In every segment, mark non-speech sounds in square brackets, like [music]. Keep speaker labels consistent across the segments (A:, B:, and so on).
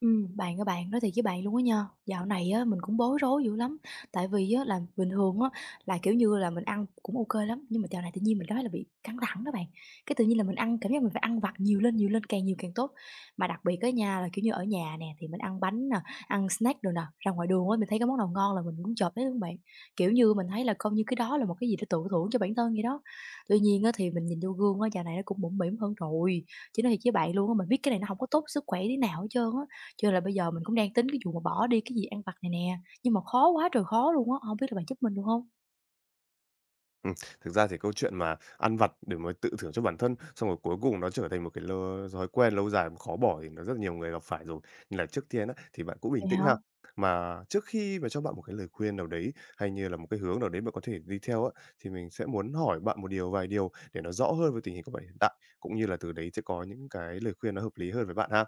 A: Các bạn, nói thiệt với bạn luôn á nha, dạo này á mình cũng bối rối dữ lắm. Tại vì á là bình thường á là, kiểu như là, mình ăn cũng ok lắm, nhưng mà dạo này tự nhiên mình cảm thấy là bị căng thẳng đó bạn. Cái tự nhiên là mình ăn cảm giác mình phải ăn vặt nhiều lên, càng nhiều càng tốt. Mà đặc biệt á nhà là, kiểu như, ở nhà nè thì mình ăn bánh nè, ăn snack rồi nè, ra ngoài đường á mình thấy cái món nào ngon là mình cũng chộp lấy luôn bạn. Kiểu như, mình thấy là coi như cái đó là một cái gì để tự thưởng cho bản thân vậy đó. Tuy nhiên á thì mình nhìn vô gương á, dạo này nó cũng mũm mĩm hơn rồi, chứ nói thiệt với bạn luôn á, mình biết cái này nó không có tốt sức khỏe tí nào hết trơn á. Chưa là bây giờ mình cũng đang tính cái vụ mà bỏ đi cái gì ăn vặt này nè, nhưng mà khó quá trời khó luôn á, không biết là bạn giúp mình được không?
B: Ừm, thực ra thì câu chuyện mà ăn vặt để mà tự thưởng cho bản thân, xong rồi cuối cùng nó trở thành một cái thói quen lâu dài khó bỏ thì nó rất nhiều người gặp phải rồi. Nên là trước tiên á, thì bạn cũng
A: Vậy
B: bình tĩnh
A: hả?
B: ha. Mà trước khi mà cho bạn một cái lời khuyên nào đấy, hay như là một cái hướng nào đấy bạn có thể đi theo á, thì mình sẽ muốn hỏi bạn một điều, vài điều để nó rõ hơn về tình hình của bạn hiện tại, cũng như là từ đấy sẽ có những cái lời khuyên nó hợp lý hơn với bạn ha.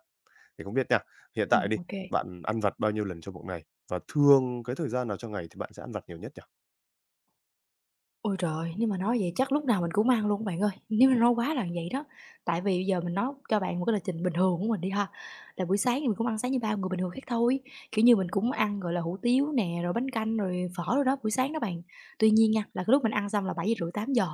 B: Thì không biết nha, hiện tại đi,
A: Ô.
B: bạn ăn vặt bao nhiêu lần trong một ngày? Và thường cái thời gian nào trong ngày thì bạn sẽ ăn vặt nhiều nhất nhỉ?
A: Ôi trời! Nếu mà nói vậy chắc lúc nào mình cũng ăn luôn bạn ơi, nếu mà nói quá là vậy đó. Tại vì bây giờ mình nói cho bạn một cái lịch trình bình thường của mình đi ha, là buổi sáng thì mình cũng ăn sáng như bao người bình thường khác thôi, kiểu như, mình cũng ăn, gọi là, hủ tiếu nè, rồi bánh canh, rồi phở rồi đó, buổi sáng đó bạn. Tuy nhiên nha, là cái lúc mình ăn xong là bảy giờ rưỡi tám giờ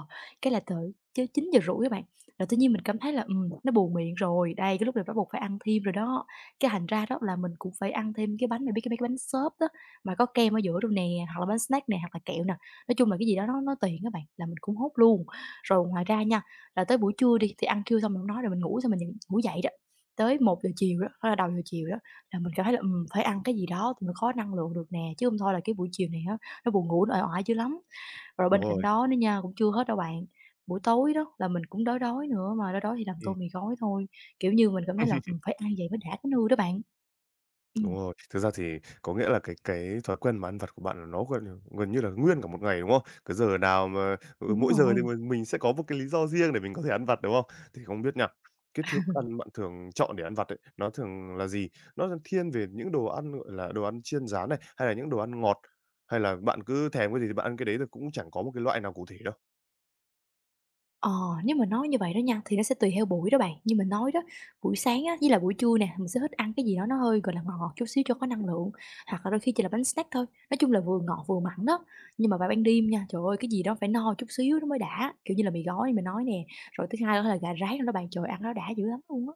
A: cái là tới chứ chín giờ rưỡi các bạn, là tự nhiên mình cảm thấy là, nó buồn miệng rồi, đây, cái lúc này bắt buộc phải ăn thêm rồi đó. Cái hành ra đó là mình cũng phải ăn thêm cái bánh, bạn biết cái mấy cái bánh xốp đó mà có kem ở giữa luôn nè, hoặc là bánh snack nè, hoặc là kẹo nè. Nói chung là cái gì đó nó tiện các bạn, là mình cũng hốt luôn. Rồi ngoài ra nha, là tới buổi trưa đi, thì ăn trưa xong mình hổng nói rồi mình ngủ xong mình dậy ngủ dậy đó, tới một giờ chiều đó, hay là đầu giờ chiều đó, là mình cảm thấy là, phải ăn cái gì đó thì mình có năng lượng được nè, chứ không thôi là cái buổi chiều này á, nó buồn ngủ, nó uể oải dữ lắm. Rồi bên
B: Đúng
A: cạnh
B: rồi,
A: đó nữa nha, cũng chưa hết đâu bạn, buổi tối đó là mình cũng đói đói nữa, mà đói đói thì làm tô
B: ừm.
A: mì gói thôi, kiểu như, mình cảm thấy là, phải ăn vậy mới đã cái nư đó bạn. Ừm.
B: Đúng rồi. Thực ra thì có nghĩa là cái thói quen mà ăn vặt của bạn là nó gần gần như là nguyên cả một ngày, đúng không? Cái giờ nào mà, ừ,
A: Đúng
B: mỗi giờ thì
A: rồi.
B: mình sẽ có một cái lý do riêng để mình có thể ăn vặt, đúng không? Thì không biết nha, cái thức ăn bạn thường chọn để ăn vặt ấy, nó thường là gì? Nó thiên về những đồ ăn, gọi là, đồ ăn chiên rán này, hay là những đồ ăn ngọt, hay là bạn cứ thèm cái gì thì bạn ăn cái đấy, thì cũng chẳng có một cái loại nào cụ thể đâu?
A: Ờ, nếu mà nói như vậy đó nha, thì nó sẽ tùy theo buổi đó bạn. Như mình nói đó, buổi sáng á, với là buổi trưa nè, mình sẽ thích ăn cái gì đó nó hơi, gọi là, ngọt ngọt chút xíu cho có năng lượng, hoặc là đôi khi chỉ là bánh snack thôi, nói chung là vừa ngọt vừa mặn đó. Nhưng mà vào ban đêm nha, trời ơi, cái gì đó phải no chút xíu nó mới đã, kiểu như là mì gói như mình nói nè, rồi thứ hai đó là gà rán đó bạn, trời ơi, ăn nó đã dữ lắm luôn á.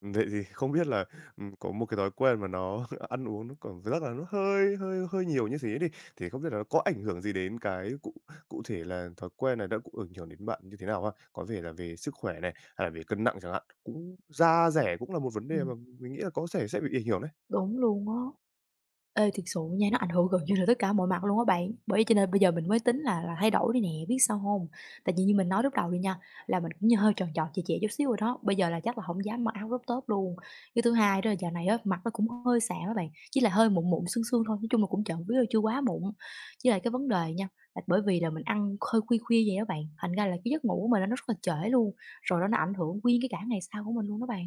B: Vậy thì không biết là, có một cái thói quen mà nó [laughs] ăn uống nó còn rất là nó hơi hơi hơi nhiều như thế đi, thì không biết là nó có ảnh hưởng gì đến cái cụ cụ thể là thói quen này đã ảnh hưởng đến bạn như thế nào ha? Có vẻ là về sức khỏe này, hay là về cân nặng chẳng hạn, cũng da dẻ cũng là một vấn đề
A: Ừm,
B: mà mình nghĩ là có thể sẽ bị ảnh hưởng đấy.
A: đúng luôn á. Ê, thiệt sự nha, nó ảnh hưởng gần như là tất cả mọi mặt luôn á bạn. Bởi vậy cho nên bây giờ mình mới tính là thay đổi đi nè, biết sao không? Tại vì như mình nói lúc đầu đi nha, là mình cũng như hơi tròn tròn chẹ chẹ chút xíu rồi đó, bây giờ là chắc là không dám mặc áo crop top luôn. Cái thứ hai đó là dạo này á, mặt nó cũng hơi xạm các bạn, chỉ là hơi mụn mụn, sương sương thôi, nói chung là cũng trộm biết là chưa quá mụn. Với là cái vấn đề nha, là bởi vì là mình ăn hơi khuya khuya vậy đó bạn, thành ra là cái giấc ngủ của mình nó rất là trễ luôn, rồi đó nó ảnh hưởng nguyên cái cả ngày sau của mình luôn đó bạn.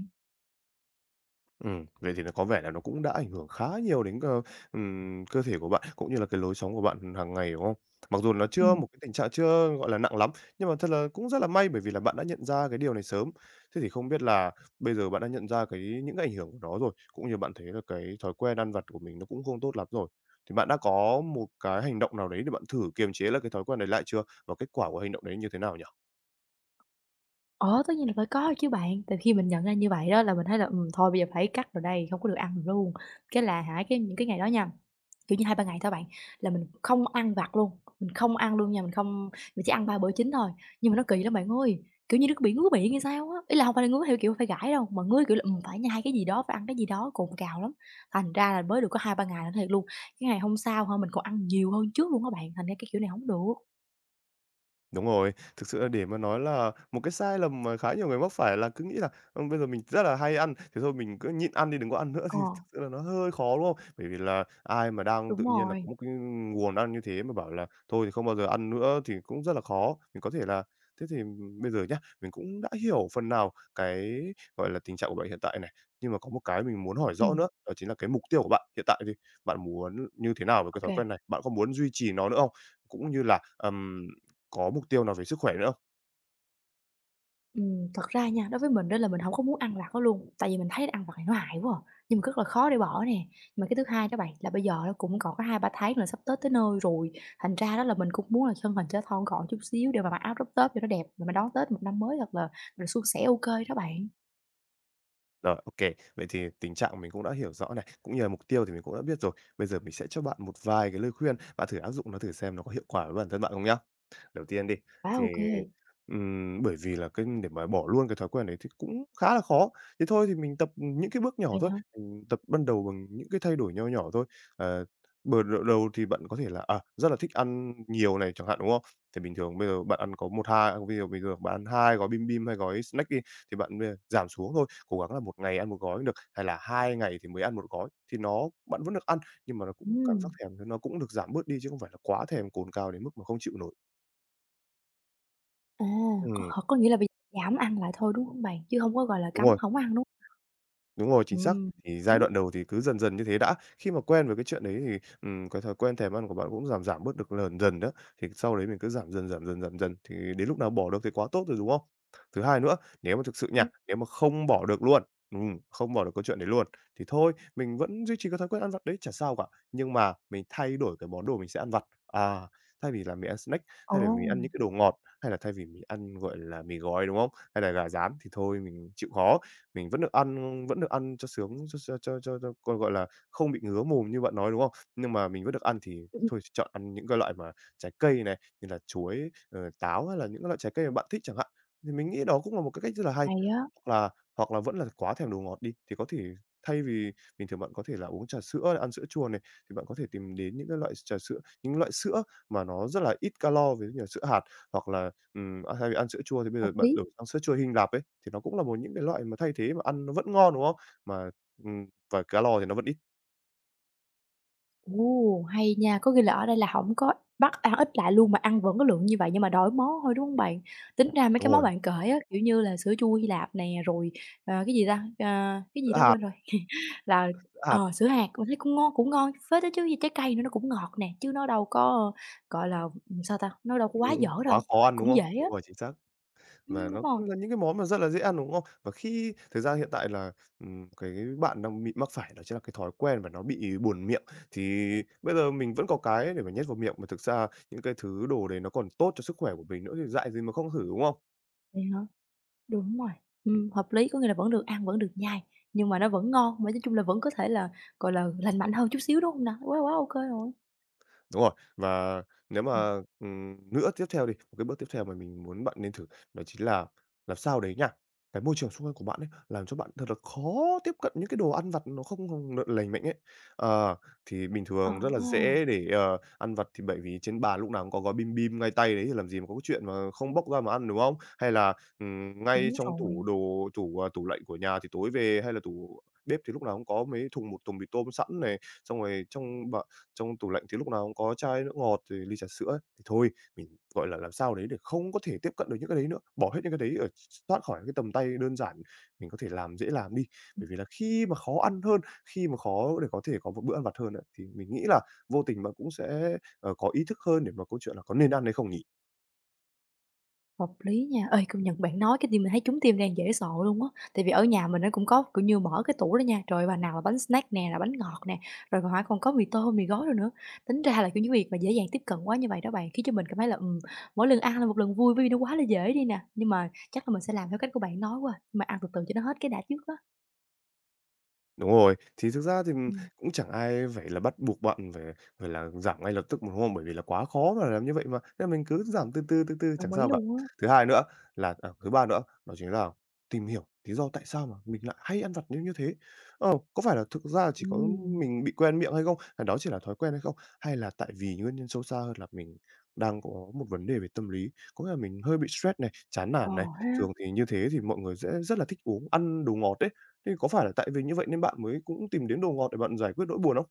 B: Vậy thì nó có vẻ là nó cũng đã ảnh hưởng khá nhiều đến, ờ, cơ thể của bạn, cũng như là cái lối sống của bạn hàng ngày, đúng không? Mặc dù nó chưa
A: Ừm.
B: một cái tình trạng chưa, gọi là, nặng lắm, nhưng mà thật là cũng rất là may bởi vì là bạn đã nhận ra cái điều này sớm. Thế thì không biết là bây giờ bạn đã nhận ra những cái ảnh hưởng của nó rồi, cũng như bạn thấy là cái thói quen ăn vặt của mình nó cũng không tốt lắm rồi, thì bạn đã có một cái hành động nào đấy để bạn thử kiềm chế là cái thói quen đấy lại chưa? Và kết quả của hành động đấy như thế nào nhỉ?
A: Ờ, tất nhiên là phải có chứ bạn, từ khi mình nhận ra như vậy đó là mình thấy là, thôi bây giờ phải cắt rồi đây, không có được ăn luôn. Cái là hả, cái những cái ngày đó nha, kiểu như hai ba ngày thôi bạn, là mình không ăn vặt luôn, mình không ăn luôn nha, mình không mình chỉ ăn 3 bữa chính thôi. Nhưng mà nó kỳ lắm bạn ơi, kiểu như nó cứ bị ngứa miệng hay sao á, ý là không phải là ngứa theo kiểu phải gãi đâu, mà ngứa kiểu là, phải nhai cái gì đó, phải ăn cái gì đó, cồn cào lắm. Thành ra là mới được có hai ba ngày là thiệt luôn, cái ngày hôm sau hả, mình còn ăn nhiều hơn trước luôn á bạn, thành ra cái kiểu này không được.
B: Đúng rồi, thực sự là để mà nói là một cái sai lầm mà khá nhiều người mắc phải là cứ nghĩ là, bây giờ mình rất là hay ăn, thế thôi mình cứ nhịn ăn đi, đừng có ăn nữa [laughs]
A: Ờ,
B: thì thực sự là nó hơi khó, đúng không? Bởi vì là ai mà đang
A: đúng
B: tự nhiên là
A: rồi,
B: có một cái nguồn ăn như thế mà bảo là thôi thì không bao giờ ăn nữa thì cũng rất là khó. Mình có thể là thế thì bây giờ nhá, mình cũng đã hiểu phần nào cái, gọi là, tình trạng của bạn hiện tại này, nhưng mà có một cái mình muốn hỏi rõ
A: ừm,
B: nữa, đó chính là cái mục tiêu của bạn hiện tại thì bạn muốn như thế nào với
A: ô.
B: cái thói quen này? Bạn có muốn duy trì nó nữa không? Cũng như là, ừm, có mục tiêu nào về sức khỏe nữa không?
A: Thật ra nha, đối với mình á là mình hổng có muốn ăn vặt đó luôn, tại vì mình thấy ăn vặt này nó hại quá à, nhưng mà rất là khó để bỏ nè. Mà cái thứ hai đó bạn, là bây giờ nó cũng còn có hai ba tháng nữa sắp Tết tới nơi rồi, thành ra đó là mình cũng muốn là thân hình cho thon gọn chút xíu để mà mặc áo crop top cho nó đẹp, rồi mình đón Tết một năm mới thật là suôn sẻ ô kê đó bạn.
B: Rồi, ok. Vậy thì tình trạng mình cũng đã hiểu rõ này, cũng như là mục tiêu thì mình cũng đã biết rồi. Bây giờ mình sẽ cho bạn một vài cái lời khuyên, bạn thử áp dụng nó thử xem nó có hiệu quả với bản thân bạn không nhá. Đầu tiên đi,
A: Quá
B: thì,
A: ô kê.
B: bởi vì là cái để mà bỏ luôn cái thói quen đấy thì cũng khá là khó. Thế thôi thì mình tập, những cái bước nhỏ
A: Vậy
B: thôi,
A: hả?
B: mình tập ban đầu bằng những cái thay đổi nho nhỏ thôi. Ờ, đầu đầu thì bạn có thể là, à, rất là thích ăn nhiều này chẳng hạn, đúng không? Thì bình thường bây giờ bạn ăn có một 2, bây giờ bình thường bạn ăn 2 gói bim bim hay gói snack đi, thì bạn bây giờ giảm xuống thôi, cố gắng là một ngày ăn một gói cũng được, hay là 2 ngày thì mới ăn một gói, thì bạn vẫn được ăn, nhưng mà nó cũng cảm giác
A: Ừm,
B: thèm nó cũng được giảm bớt đi chứ không phải là quá thèm cồn cao đến mức mà không chịu nổi.
A: à,
B: Ừm,
A: có nghĩa là bây giờ giảm ăn lại thôi, đúng hông bạn? Chứ hông có, gọi là,
B: đúng
A: cấm
B: rồi,
A: hổng ăn, đúng hông?
B: đúng rồi, chính xác.
A: Hợp
B: Thì giai
A: lý.
B: đoạn đầu thì cứ dần dần như thế đã, khi mà quen với cái chuyện đấy thì, cái thói quen thèm ăn của bạn cũng giảm giảm bớt được lần dần đó, thì sau đấy mình cứ giảm dần, thì đến lúc nào bỏ được thì quá tốt rồi, đúng không? Thứ hai nữa, nếu mà thực sự nha,
A: Ừm,
B: nếu mà không bỏ được luôn, không bỏ được cái chuyện đấy luôn, thì thôi, mình vẫn duy trì cái thói quen ăn vặt đấy, chả sao cả, nhưng mà mình thay đổi cái món đồ mình sẽ ăn vặt. À, thay vì là mình ăn snack,
A: ồ,
B: thay vì mình ăn những cái đồ ngọt, hay là thay vì mình ăn, gọi là, mì gói, đúng không? Hay là gà rán thì thôi mình chịu khó. Mình vẫn được ăn cho sướng, cho còn, gọi là, không bị ngứa mồm như bạn nói, đúng không? Nhưng mà mình vẫn được ăn thì
A: ừm, ừm,
B: thôi chọn ăn những cái loại mà trái cây này, như là chuối, ờ, táo hay là những cái loại trái cây mà bạn thích chẳng hạn. Thì mình nghĩ đó cũng là một cái cách rất là hay.
A: hay á,
B: Hoặc là hoặc là vẫn là quá thèm đồ ngọt đi, thì có thể thay vì bình thường bạn có thể là uống trà sữa, ăn sữa chua này, thì bạn có thể tìm đến những loại sữa mà nó rất là ít calo, ví dụ như là sữa hạt, hoặc là, a, thay vì ăn sữa chua thì bây
A: hợp
B: giờ bạn
A: lý.
B: đổi sang sữa chua Hy Lạp ấy. Thì nó cũng là một những cái loại mà thay thế mà ăn nó vẫn ngon, đúng không? Mà, và calo thì nó vẫn ít.
A: Ồ, hay nha, có nghĩa là ở đây là hổng có bắt ăn ít lại luôn mà ăn vẫn cái lượng như vậy nhưng mà đổi món thôi, đúng hông bạn? Tính ra mấy
B: Đúng
A: cái món
B: rồi,
A: bạn kể á, kiểu như là sữa chua Hy Lạp nè, rồi, cái gì ta, cái gì
B: sữa
A: đó
B: hạt,
A: quên rồi, là,
B: sữa hạt,
A: sữa hạt mình thấy cũng ngon phết đó chứ, với trái cây nữa nó cũng ngọt nè, chứ nó đâu có, gọi là, sao ta, nó đâu có quá dở
B: đúng, quá
A: đâu,
B: khó ăn, đúng
A: cũng
B: không?
A: dễ
B: Đúng
A: á.
B: rồi, chính xác. Và
A: Đúng
B: nó
A: rồi,
B: cũng là những cái món mà rất là dễ ăn, đúng không? Và khi thực ra hiện tại là, cái bạn đang bị mắc phải đó chính là cái thói quen và nó bị buồn miệng, thì bây giờ mình vẫn có cái để mà nhét vào miệng, mà thực ra những cái thứ đồ đấy nó còn tốt cho sức khỏe của mình nữa thì dại gì mà không thử, đúng không?
A: vậy hả? Đúng rồi, hợp lý, có nghĩa là vẫn được ăn, vẫn được nhai, nhưng mà nó vẫn ngon, mà nói chung là vẫn có thể là, gọi là, lành mạnh hơn chút xíu, đúng hông nè? Quá quá ô kê rồi.
B: Đúng rồi, và nếu
A: Ừm.
B: mà, nữa tiếp theo đi, một cái bước tiếp theo mà mình muốn bạn nên thử đó chính là làm sao đấy nha, cái môi trường xung quanh của bạn ấy, làm cho bạn thật là khó tiếp cận những cái đồ ăn vặt nó không không được lành mạnh ấy. Ờ, thì bình thường rất là
A: Ờ,
B: dễ để, ờ, ăn vặt thì bởi vì trên bàn lúc nào cũng có gói bim bim ngay tay đấy thì làm gì mà có cái chuyện mà không bóc ra mà ăn, đúng không? Hay là, ngay
A: đúng
B: trong
A: rồi,
B: tủ đồ tủ, à, tủ lạnh của nhà thì tối về hay là tủ bếp thì lúc nào cũng có mấy thùng một thùng mì tôm sẵn này, xong rồi trong tủ lạnh thì lúc nào cũng có chai nước ngọt rồi ly trà sữa ấy, thì thôi mình, gọi là, làm sao đấy để không có thể tiếp cận được những cái đấy nữa, bỏ hết những cái đấy ở thoát khỏi cái tầm tay đơn giản, mình có thể làm dễ làm đi. Bởi vì là khi mà khó ăn hơn, khi mà khó để có thể có một bữa ăn vặt hơn á, thì mình nghĩ là vô tình bạn cũng sẽ, ờ, có ý thức hơn để mà câu chuyện là có nên ăn hay không nhỉ?
A: hợp lý nha. Ê, công nhận bạn nói cái tim mình thấy trúng tim đang dễ sợ luôn á. Tại vì ở nhà mình nó cũng có, kiểu như, mở cái tủ đó nha, trời ơi, bà nào là bánh snack nè, là bánh ngọt nè, rồi còn hỏi còn có mì tôm, mì gói rồi nữa. Tính ra là, kiểu như, việc mà dễ dàng tiếp cận quá như vậy đó bạn, khiến cho mình cảm thấy là, mỗi lần ăn là một lần vui bởi vì nó quá là dễ đi nè. Nhưng mà chắc là mình sẽ làm theo cách của bạn nói quá à, nhưng mà ăn từ từ cho nó hết cái đã trước á.
B: Đúng rồi, thì thực ra thì,
A: Ừm,
B: cũng chẳng ai phải là bắt buộc bạn phải phải là giảm ngay lập tức một hôm bởi vì là quá khó mà làm như vậy mà, nên mình cứ giảm từ từ, từ từ chẳng
A: đồng ý
B: sao cả.
A: luôn á.
B: Thứ hai nữa Thứ ba nữa đó chính là tìm hiểu lý do tại sao mà mình lại hay ăn vặt như như thế. Có phải là thực ra là chỉ có
A: Ừm,
B: mình bị quen miệng hay không? Hay đó chỉ là thói quen hay không? Hay là tại vì nguyên nhân sâu xa hơn là mình đang có một vấn đề về tâm lý, có nghĩa là mình hơi bị stress này, chán
A: ờ
B: nản này.
A: ha.
B: Thường thì như thế thì mọi người sẽ rất là thích uống ăn đồ ngọt ấy, thì có phải là tại vì như vậy nên bạn mới cũng tìm đến đồ ngọt để bạn giải quyết nỗi buồn không?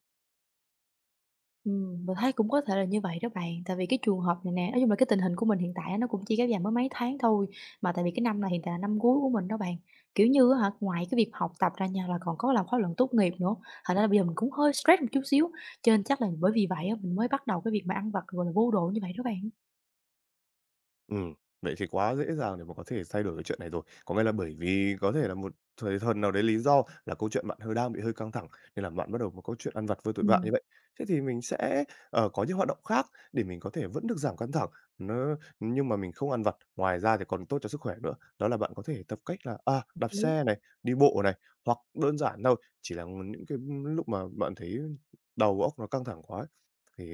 A: Mình thấy cũng có thể là như vậy đó bạn. Tại vì cái trường hợp này nè, nói chung là cái tình hình của mình hiện tại á, nó cũng chỉ kéo dài mới mấy tháng thôi, mà tại vì cái năm này hiện tại là năm cuối của mình đó bạn. Kiểu như á hả, ngoài cái việc học tập ra nha là còn có làm khóa luận tốt nghiệp nữa, thành ra là bây giờ mình cũng hơi stress một chút xíu, cho nên chắc là bởi vì vậy á, mình mới bắt đầu cái việc mà ăn vặt, gọi là, vô độ như vậy đó bạn.
B: Ừm, Vậy thì quá dễ dàng để mà có thể thay đổi cái chuyện này rồi. Có nghĩa là bởi vì có thể là một thời thần nào đấy lý do là câu chuyện bạn hơi đang bị hơi căng thẳng, nên là bạn bắt đầu một câu chuyện ăn vặt với tội vạ như
A: Ừm,
B: vậy. Thế thì mình sẽ, có những hoạt động khác để mình có thể vẫn được giảm căng thẳng, nó nhưng mà mình không ăn vặt, ngoài ra thì còn tốt cho sức khỏe nữa. Đó là bạn có thể tập cách là,
A: hợp
B: đạp
A: lý.
B: xe này, đi bộ này, hoặc đơn giản thôi, chỉ là những cái lúc mà bạn thấy đầu óc nó căng thẳng quá ấy, thì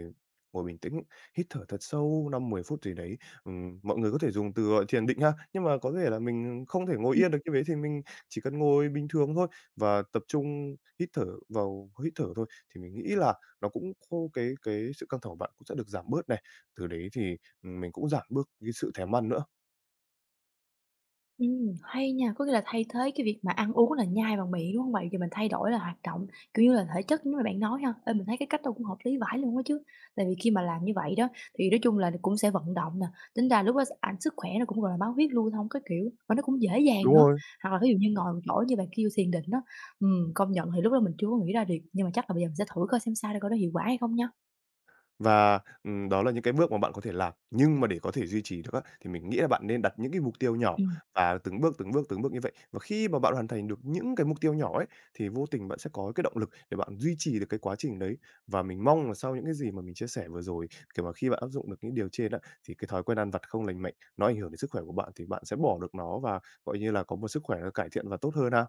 B: ngồi bình tĩnh, hít thở thật sâu 5-10 phút gì đấy. Mọi người có thể dùng từ gọi thiền định ha, nhưng mà có thể là mình không thể ngồi yên được như thế thì mình chỉ cần ngồi bình thường thôi và tập trung hít thở vào hít thở thôi, thì mình nghĩ là nó cũng khô cái sự căng thẳng của bạn cũng sẽ được giảm bớt này, từ đấy thì, mình cũng giảm bớt cái sự thèm ăn nữa.
A: Hay nha, có nghĩa là thay thế cái việc mà ăn uống là nhai bằng miệng, đúng hông bạn? Giờ mình thay đổi là hoạt động, kiểu như là, thể chất giống như bạn nói ha. Ê, mình thấy cái cách đó cũng hợp lý vãi luôn á chứ. Tại vì khi mà làm như vậy đó, thì nói chung là cũng sẽ vận động nè, tính ra lúc đó s ảnh sức khỏe nó cũng, gọi là, máu huyết lưu thông các kiểu, và nó cũng dễ dàng
B: Đúng
A: nữa.
B: rồi.
A: Hoặc là ví dụ như ngồi một chỗ như bạn kêu thiền định á, công nhận thì lúc đó mình chưa có nghĩ ra được, nhưng mà chắc là bây giờ mình sẽ thử coi xem sao để coi nó hiệu quả hay không nha.
B: Và, đó là những cái bước mà bạn có thể làm, nhưng mà để có thể duy trì được á, thì mình nghĩ là bạn nên đặt những cái mục tiêu nhỏ
A: Ừm.
B: và từng bước, từng bước, từng bước như vậy. Và khi mà bạn hoàn thành được những cái mục tiêu nhỏ ấy, thì vô tình bạn sẽ có cái động lực để bạn duy trì được cái quá trình đấy. Và mình mong là sau những cái gì mà mình chia sẻ vừa rồi, kiểu mà, khi bạn áp dụng được những điều trên á, thì cái thói quen ăn vặt không lành mạnh, nó ảnh hưởng đến sức khỏe của bạn thì bạn sẽ bỏ được nó và, gọi như là, có một sức khỏe nó cải thiện và tốt hơn ha.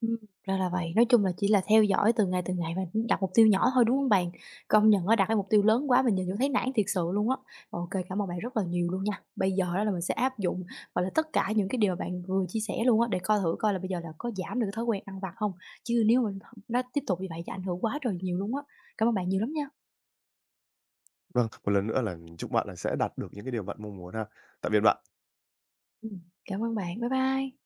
A: Ừm, ra là vậy. Nói chung là chỉ là theo dõi từng ngày và đặt mục tiêu nhỏ thôi, đúng không bạn? Công nhận á, đặt cái mục tiêu lớn quá mình nhìn vô thấy nản thiệt sự luôn á. OK, cảm ơn bạn rất là nhiều luôn nha. Bây giờ á là mình sẽ áp dụng, gọi là, tất cả những cái điều mà bạn vừa chia sẻ luôn á, để coi thử coi là bây giờ là có giảm được cái thói quen ăn vặt không? Chứ nếu mà nó tiếp tục như vậy thì ảnh hưởng quá trời nhiều luôn á. Cảm ơn bạn nhiều lắm nha.
B: Vâng, một lần nữa là mình chúc bạn là sẽ đạt được những cái điều bạn mong muốn ha. Tạm biệt bạn.
A: Ừm, cảm ơn bạn. Bye bye.